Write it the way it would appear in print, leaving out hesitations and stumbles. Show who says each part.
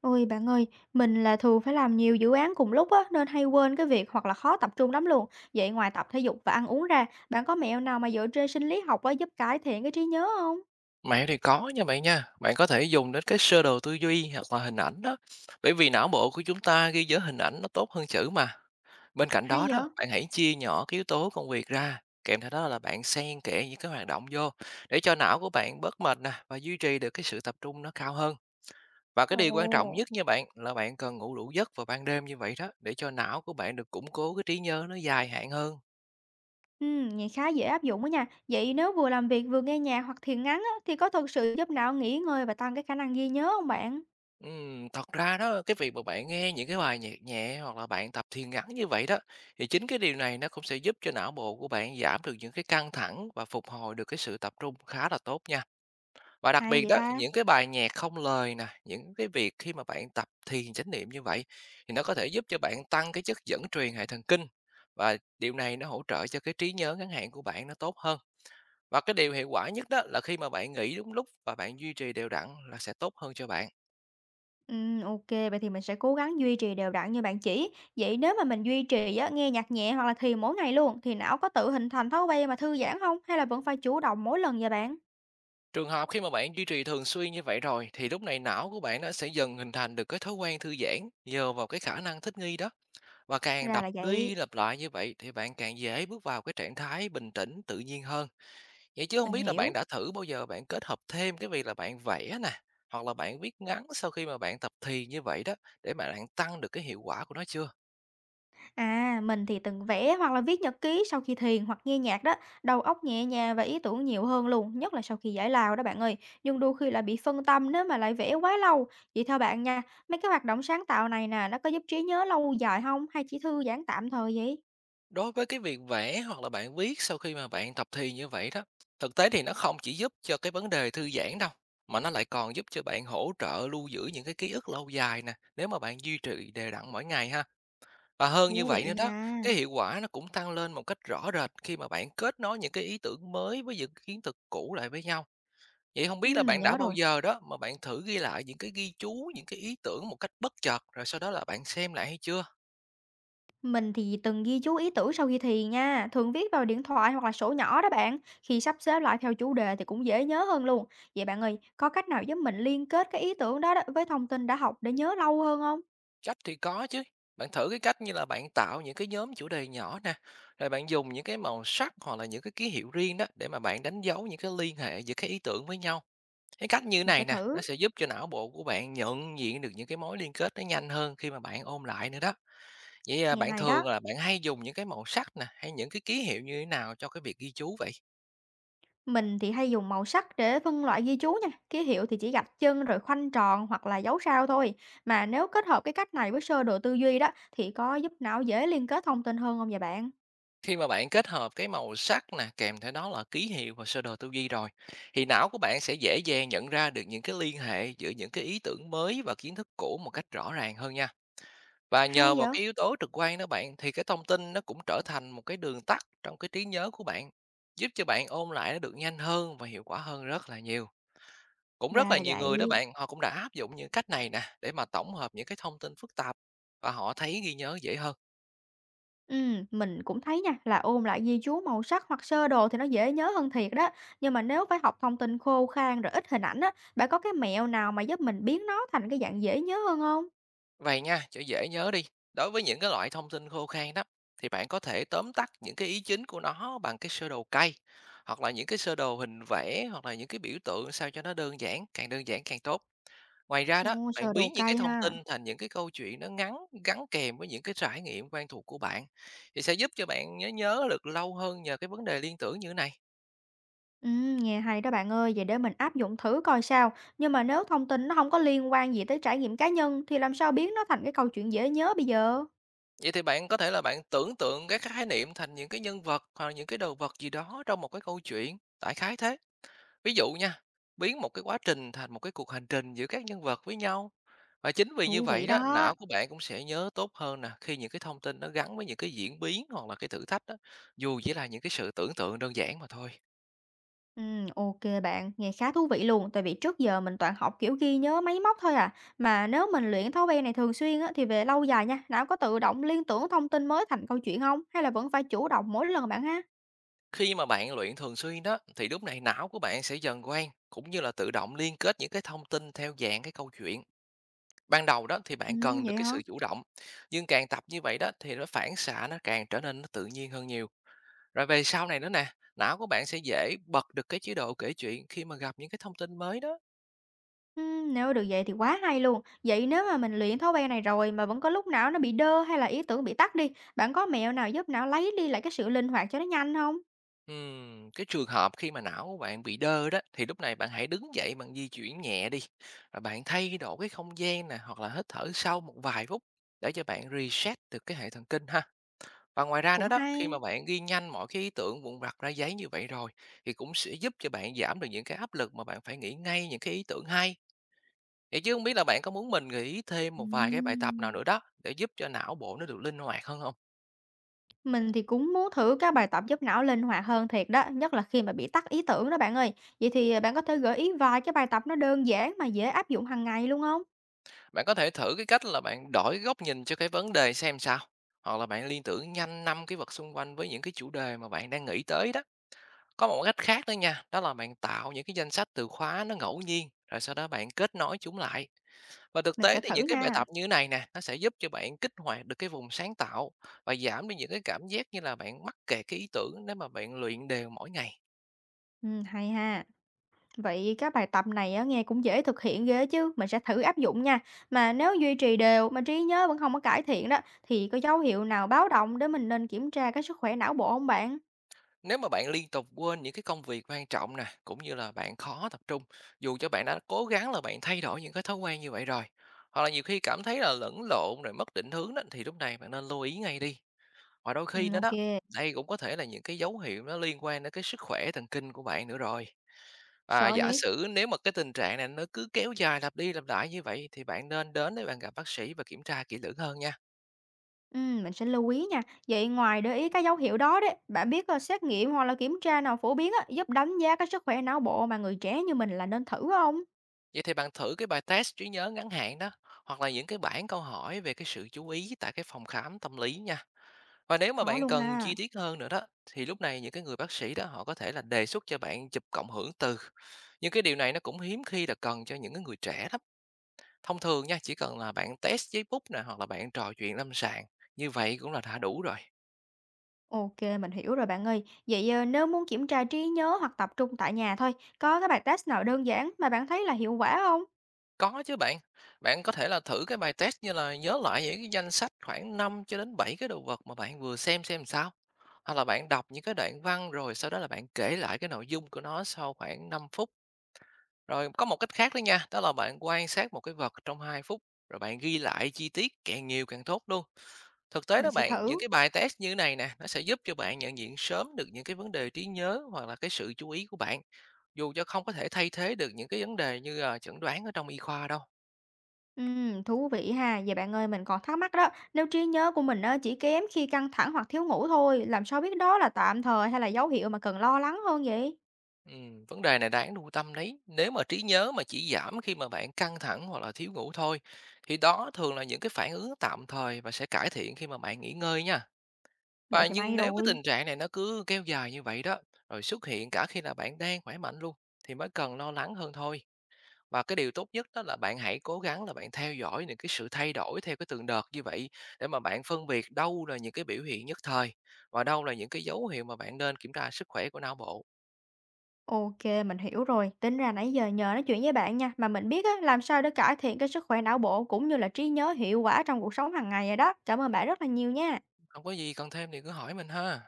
Speaker 1: Ôi bạn ơi, mình là thường phải làm nhiều dự án cùng lúc á, nên hay quên cái việc hoặc là khó tập trung lắm luôn. Vậy ngoài tập thể dục và ăn uống ra, bạn có mẹo nào mà dựa trên sinh lý học á, giúp cải thiện cái trí nhớ không?
Speaker 2: Mẹo thì có nha, bạn có thể dùng đến cái sơ đồ tư duy hoặc là hình ảnh đó, bởi vì não bộ của chúng ta ghi nhớ hình ảnh nó tốt hơn chữ mà. Bên cạnh
Speaker 1: Hay
Speaker 2: đó đó,
Speaker 1: vậy?
Speaker 2: bạn hãy chia nhỏ cái yếu tố công việc ra, kèm theo đó là bạn xen kẽ những cái hoạt động vô để cho não của bạn bớt mệt nè và duy trì được cái sự tập trung nó cao hơn. Và cái
Speaker 1: Ồ.
Speaker 2: điều quan trọng nhất nha bạn là bạn cần ngủ đủ giấc vào ban đêm như vậy đó để cho não của bạn được củng cố cái trí nhớ nó dài hạn hơn.
Speaker 1: Ừ, nghe khá dễ áp dụng đó nha. Vậy nếu vừa làm việc vừa nghe nhạc hoặc thiền ngắn á, thì có thực sự giúp não nghỉ ngơi và tăng cái khả năng ghi nhớ không bạn?
Speaker 2: Thật ra đó, cái việc mà bạn nghe những cái bài nhạc nhẹ hoặc là bạn tập thiền ngắn như vậy đó, thì chính cái điều này nó cũng sẽ giúp cho não bộ của bạn giảm được những cái căng thẳng và phục hồi được cái sự tập trung khá là tốt nha. Và đặc
Speaker 1: Hay
Speaker 2: biệt
Speaker 1: vậy
Speaker 2: đó,
Speaker 1: ta?
Speaker 2: những cái bài nhạc không lời nè, những cái việc khi mà bạn tập thiền chánh niệm như vậy thì nó có thể giúp cho bạn tăng cái chất dẫn truyền hệ thần kinh, và điều này nó hỗ trợ cho cái trí nhớ ngắn hạn của bạn nó tốt hơn. Và cái điều hiệu quả nhất đó là khi mà bạn nghỉ đúng lúc và bạn duy trì đều đặn là sẽ tốt hơn cho bạn.
Speaker 1: OK, vậy thì mình sẽ cố gắng duy trì đều đặn như bạn chỉ. Vậy nếu mà mình duy trì á, nghe nhạc nhẹ hoặc là thiền mỗi ngày luôn thì não có tự hình thành thói quen mà thư giãn không? Hay là vẫn phải chủ động mỗi lần vậy bạn?
Speaker 2: Trường hợp khi mà bạn duy trì thường xuyên như vậy rồi thì lúc này não của bạn nó sẽ dần hình thành được cái thói quen thư giãn nhờ vào cái khả năng thích nghi đó, và càng
Speaker 1: Ra
Speaker 2: lặp
Speaker 1: là
Speaker 2: đi
Speaker 1: vậy,
Speaker 2: lặp lại như vậy thì bạn càng dễ bước vào cái trạng thái bình tĩnh tự nhiên hơn. Vậy chứ không
Speaker 1: mình
Speaker 2: biết là bạn
Speaker 1: hiểu.
Speaker 2: đã thử bao giờ bạn kết hợp thêm cái việc là bạn vẽ nè, hoặc là bạn viết ngắn sau khi mà bạn tập thì như vậy đó, để mà bạn tăng được cái hiệu quả của nó chưa?
Speaker 1: À, mình thì từng vẽ hoặc là viết nhật ký sau khi thiền hoặc nghe nhạc đó, đầu óc nhẹ nhàng và ý tưởng nhiều hơn luôn, nhất là sau khi giải lao đó bạn ơi. Nhưng đôi khi lại bị phân tâm nếu mà lại vẽ quá lâu. Vậy theo bạn nha, mấy cái hoạt động sáng tạo này nè, nó có giúp trí nhớ lâu dài không hay chỉ thư giãn tạm thời vậy?
Speaker 2: Đối với cái việc vẽ hoặc là bạn viết sau khi mà bạn tập thì như vậy đó, thực tế thì nó không chỉ giúp cho cái vấn đề thư giãn đâu, mà nó lại còn giúp cho bạn hỗ trợ lưu giữ những cái ký ức lâu dài nè, nếu mà bạn duy trì đều đặn mỗi ngày ha. Và hơn như
Speaker 1: Thú
Speaker 2: vậy
Speaker 1: vị
Speaker 2: nữa đó,
Speaker 1: nha.
Speaker 2: cái hiệu quả nó cũng tăng lên một cách rõ rệt khi mà bạn kết nối những cái ý tưởng mới với những kiến thức cũ lại với nhau. Vậy không biết là
Speaker 1: Mình
Speaker 2: bạn đã
Speaker 1: nhớ
Speaker 2: bao
Speaker 1: rồi.
Speaker 2: giờ đó mà bạn thử ghi lại những cái ghi chú, những cái ý tưởng một cách bất chợt rồi sau đó là bạn xem lại hay chưa?
Speaker 1: Mình thì từng ghi chú ý tưởng sau khi thì nha, thường viết vào điện thoại hoặc là sổ nhỏ đó bạn. Khi sắp xếp lại theo chủ đề thì cũng dễ nhớ hơn luôn. Vậy bạn ơi, có cách nào giúp mình liên kết cái ý tưởng đó đó với thông tin đã học để nhớ lâu hơn không?
Speaker 2: Cách thì có chứ. Bạn thử cái cách như là bạn tạo những cái nhóm chủ đề nhỏ nè, rồi bạn dùng những cái màu sắc hoặc là những cái ký hiệu riêng đó để mà bạn đánh dấu những cái liên hệ giữa các ý tưởng với nhau. Cái cách như
Speaker 1: Mình sẽ
Speaker 2: này nè, nó
Speaker 1: thử,
Speaker 2: sẽ giúp cho não bộ của bạn nhận diện được những cái mối liên kết nó nhanh hơn khi mà bạn ôn lại nữa đó. Vậy à,
Speaker 1: nghe
Speaker 2: bạn
Speaker 1: hay
Speaker 2: thường
Speaker 1: đó.
Speaker 2: là bạn hay dùng những cái màu sắc nè, hay những cái ký hiệu như thế nào cho cái việc ghi chú vậy?
Speaker 1: Mình thì hay dùng màu sắc để phân loại ghi chú nha, ký hiệu thì chỉ gạch chân rồi khoanh tròn hoặc là dấu sao thôi. Mà nếu kết hợp cái cách này với sơ đồ tư duy đó thì có giúp não dễ liên kết thông tin hơn không vậy bạn?
Speaker 2: Khi mà bạn kết hợp cái màu sắc nè, kèm theo đó là ký hiệu và sơ đồ tư duy rồi, thì não của bạn sẽ dễ dàng nhận ra được những cái liên hệ giữa những cái ý tưởng mới và kiến thức cũ một cách rõ ràng hơn nha. Và nhờ
Speaker 1: Hay
Speaker 2: vào
Speaker 1: vậy?
Speaker 2: cái yếu tố trực quan đó bạn, thì cái thông tin nó cũng trở thành một cái đường tắt trong cái trí nhớ của bạn, giúp cho bạn ôn lại nó được nhanh hơn và hiệu quả hơn rất là nhiều. Cũng rất
Speaker 1: Ra
Speaker 2: là
Speaker 1: là
Speaker 2: nhiều người đó
Speaker 1: vậy.
Speaker 2: bạn, họ cũng đã áp dụng những cách này nè để mà tổng hợp những cái thông tin phức tạp, và họ thấy ghi nhớ dễ hơn.
Speaker 1: Mình cũng thấy nha, là ôn lại ghi chú màu sắc hoặc sơ đồ thì nó dễ nhớ hơn thiệt đó. Nhưng mà nếu phải học thông tin khô khan rồi ít hình ảnh á, bạn có cái mẹo nào mà giúp mình biến nó thành cái dạng dễ nhớ hơn không?
Speaker 2: Vậy nha, cho dễ nhớ đi. Đối với những cái loại thông tin khô khan đó, thì bạn có thể tóm tắt những cái ý chính của nó bằng cái sơ đồ cây, hoặc là những cái sơ đồ hình vẽ, hoặc là những cái biểu tượng sao cho nó đơn giản càng tốt. Ngoài ra đó,
Speaker 1: Ồ, sơ
Speaker 2: bạn
Speaker 1: đồ
Speaker 2: biến những cái
Speaker 1: cây
Speaker 2: thông
Speaker 1: ha.
Speaker 2: tin thành những cái câu chuyện nó ngắn, gắn kèm với những cái trải nghiệm quen thuộc của bạn, thì sẽ giúp cho bạn nhớ nhớ được lâu hơn nhờ cái vấn đề liên tưởng như thế này.
Speaker 1: Nghe hay đó bạn ơi, vậy để mình áp dụng thử coi sao. Nhưng mà nếu thông tin nó không có liên quan gì tới trải nghiệm cá nhân thì làm sao biến nó thành cái câu chuyện dễ nhớ bây giờ?
Speaker 2: Vậy thì bạn có thể là bạn tưởng tượng các khái niệm thành những cái nhân vật hoặc là những cái đồ vật gì đó trong một cái câu chuyện, đại khái thế. Ví dụ nha, biến một cái quá trình thành một cái cuộc hành trình giữa các nhân vật với nhau. Và chính vì như
Speaker 1: Thú vị
Speaker 2: vậy đó,
Speaker 1: đó.
Speaker 2: não của bạn cũng sẽ nhớ tốt hơn nè, khi những cái thông tin nó gắn với những cái diễn biến hoặc là cái thử thách đó, dù chỉ là những cái sự tưởng tượng đơn giản mà thôi.
Speaker 1: Ô bạn, nghe khá thú vị luôn, tại vì trước giờ mình toàn học, kiểu, ghi nhớ máy móc thôi à. Mà nếu mình luyện thói quen này thường xuyên á, thì về lâu dài nha, não có tự động liên tưởng thông tin mới thành câu chuyện không? Hay là vẫn phải chủ động mỗi lần bạn ha?
Speaker 2: Khi mà bạn luyện thường xuyên đó, thì lúc này não của bạn sẽ dần quen, cũng như là tự động liên kết những cái thông tin theo dạng cái câu chuyện. Ban đầu đó thì bạn cần được
Speaker 1: Vậy
Speaker 2: cái
Speaker 1: hả?
Speaker 2: sự chủ động, nhưng càng tập như vậy đó thì nó phản xạ nó càng trở nên nó tự nhiên hơn nhiều. Rồi về sau này nữa nè, não của bạn sẽ dễ bật được cái chế độ kể chuyện khi mà gặp những cái thông tin mới đó.
Speaker 1: Nếu được vậy thì quá hay luôn. Vậy nếu mà mình luyện thói quen này rồi mà vẫn có lúc não nó bị đơ hay là ý tưởng bị tắc đi, bạn có mẹo nào giúp não lấy đi lại cái sự linh hoạt cho nó nhanh không?
Speaker 2: Cái trường hợp khi mà não của bạn bị đơ đó thì lúc này bạn hãy đứng dậy bằng di chuyển nhẹ đi. Rồi bạn thay đổi cái không gian nè, hoặc là hít thở sâu một vài phút để cho bạn reset được cái hệ thần kinh ha. Và ngoài ra
Speaker 1: Cũng
Speaker 2: đó đó, khi mà
Speaker 1: hay.
Speaker 2: bạn ghi nhanh mọi cái ý tưởng vụn vặt ra giấy như vậy rồi thì cũng sẽ giúp cho bạn giảm được những cái áp lực mà bạn phải nghĩ ngay những cái ý tưởng hay. Vậy chứ không biết là bạn có muốn mình nghĩ thêm một vài cái bài tập nào
Speaker 1: Ừm.
Speaker 2: nữa đó, để giúp cho não bộ nó được linh hoạt hơn không?
Speaker 1: Mình thì cũng muốn thử các bài tập giúp não linh hoạt hơn thiệt đó, nhất là khi mà bị tắc ý tưởng đó bạn ơi. Vậy thì à, bạn có thể gợi ý vài cái bài tập nó đơn giản mà dễ áp dụng hàng ngày luôn không?
Speaker 2: Bạn có thể thử cái cách là bạn đổi góc nhìn cho cái vấn đề xem sao, hoặc là bạn liên tưởng nhanh 5 cái vật xung quanh với những cái chủ đề mà bạn đang nghĩ tới đó. Có một cách khác nữa nha, đó là bạn tạo những cái danh sách từ khóa nó ngẫu nhiên, rồi sau đó bạn kết nối chúng lại. Và thực
Speaker 1: Mình
Speaker 2: tế
Speaker 1: sẽ
Speaker 2: thì
Speaker 1: thử
Speaker 2: những cái bài
Speaker 1: nha.
Speaker 2: tập như thế này nè, nó sẽ giúp cho bạn kích hoạt được cái vùng sáng tạo và giảm đi những cái cảm giác như là bạn mắc kẹt cái ý tưởng nếu mà bạn luyện đều mỗi ngày.
Speaker 1: Ừ, hay ha. Vậy các bài tập này á, nghe cũng dễ thực hiện ghê chứ, mình sẽ thử áp dụng nha. Mà nếu duy trì đều mà trí nhớ vẫn không có cải thiện đó, thì có dấu hiệu nào báo động để mình nên kiểm tra cái sức khỏe não bộ không bạn?
Speaker 2: Nếu mà bạn liên tục quên những cái công việc quan trọng nè, cũng như là bạn khó tập trung, dù cho bạn đã cố gắng là bạn thay đổi những cái thói quen như vậy rồi, hoặc là nhiều khi cảm thấy là lẫn lộn rồi mất định hướng đó, thì lúc này bạn nên lưu ý ngay đi. Và đôi
Speaker 1: Ừ,
Speaker 2: khi nữa
Speaker 1: ok.
Speaker 2: đó, đây cũng có thể là những cái dấu hiệu nó liên quan đến cái sức khỏe thần kinh của bạn nữa rồi. Và
Speaker 1: Sợ
Speaker 2: giả
Speaker 1: vậy?
Speaker 2: sử nếu mà cái tình trạng này nó cứ kéo dài lặp đi lặp lại như vậy, thì bạn nên đến để bạn gặp bác sĩ và kiểm tra kỹ lưỡng hơn nha.
Speaker 1: Mình sẽ lưu ý nha. Vậy ngoài để ý các dấu hiệu đó đấy, bạn biết xét nghiệm hoặc là kiểm tra nào phổ biến á, giúp đánh giá cái sức khỏe não bộ mà người trẻ như mình là nên thử không?
Speaker 2: Vậy thì bạn thử cái bài test trí nhớ ngắn hạn đó, hoặc là những cái bảng câu hỏi về cái sự chú ý tại cái phòng khám tâm lý nha. Và nếu mà
Speaker 1: Có
Speaker 2: bạn
Speaker 1: luôn
Speaker 2: cần
Speaker 1: ha.
Speaker 2: chi tiết hơn nữa đó, thì lúc này những cái người bác sĩ đó họ có thể là đề xuất cho bạn chụp cộng hưởng từ. Nhưng cái điều này nó cũng hiếm khi là cần cho những cái người trẻ lắm. Thông thường nha, chỉ cần là bạn test giấy bút nè, hoặc là bạn trò chuyện lâm sàng, như vậy cũng là đã đủ rồi.
Speaker 1: Ok, mình hiểu rồi bạn ơi. Vậy nếu muốn kiểm tra trí nhớ hoặc tập trung tại nhà thôi, có cái bài test nào đơn giản mà bạn thấy là hiệu quả không?
Speaker 2: Có chứ bạn. Bạn có thể là thử cái bài test như là nhớ lại những cái danh sách khoảng 5 cho đến 7 cái đồ vật mà bạn vừa xem sao. Hoặc là bạn đọc những cái đoạn văn rồi sau đó là bạn kể lại cái nội dung của nó sau khoảng 5 phút. Rồi có một cách khác đó nha, đó là bạn quan sát một cái vật trong 2 phút rồi bạn ghi lại chi tiết càng nhiều càng tốt luôn. Thực tế
Speaker 1: Mình
Speaker 2: đó
Speaker 1: sẽ
Speaker 2: bạn, những
Speaker 1: thử.
Speaker 2: cái bài test như này nè, nó sẽ giúp cho bạn nhận diện sớm được những cái vấn đề trí nhớ hoặc là cái sự chú ý của bạn, dù cho không có thể thay thế được những cái vấn đề như chẩn đoán ở trong y khoa đâu.
Speaker 1: Thú vị ha. Vậy bạn ơi, mình còn thắc mắc đó. Nếu trí nhớ của mình chỉ kém khi căng thẳng hoặc thiếu ngủ thôi, làm sao biết đó là tạm thời hay là dấu hiệu mà cần lo lắng hơn vậy?
Speaker 2: Vấn đề này đáng lưu tâm đấy. Nếu mà trí nhớ mà chỉ giảm khi mà bạn căng thẳng hoặc là thiếu ngủ thôi, thì đó thường là những cái phản ứng tạm thời và sẽ cải thiện khi mà bạn nghỉ ngơi nha.
Speaker 1: Vậy
Speaker 2: Và
Speaker 1: thì may
Speaker 2: nhưng nếu cái
Speaker 1: rồi.
Speaker 2: tình trạng này nó cứ kéo dài như vậy đó, rồi xuất hiện cả khi là bạn đang khỏe mạnh luôn, thì mới cần lo lắng hơn thôi. Và cái điều tốt nhất đó là bạn hãy cố gắng là bạn theo dõi những cái sự thay đổi theo cái từng đợt như vậy, để mà bạn phân biệt đâu là những cái biểu hiện nhất thời và đâu là những cái dấu hiệu mà bạn nên kiểm tra sức khỏe của não bộ.
Speaker 1: OK, mình hiểu rồi. Tính ra nãy giờ nhờ nói chuyện với bạn nha, mà mình biết á, làm sao để cải thiện cái sức khỏe não bộ cũng như là trí nhớ hiệu quả trong cuộc sống hàng ngày rồi đó. Cảm ơn bạn rất là nhiều nha.
Speaker 2: Không có gì, cần thêm thì cứ hỏi mình ha.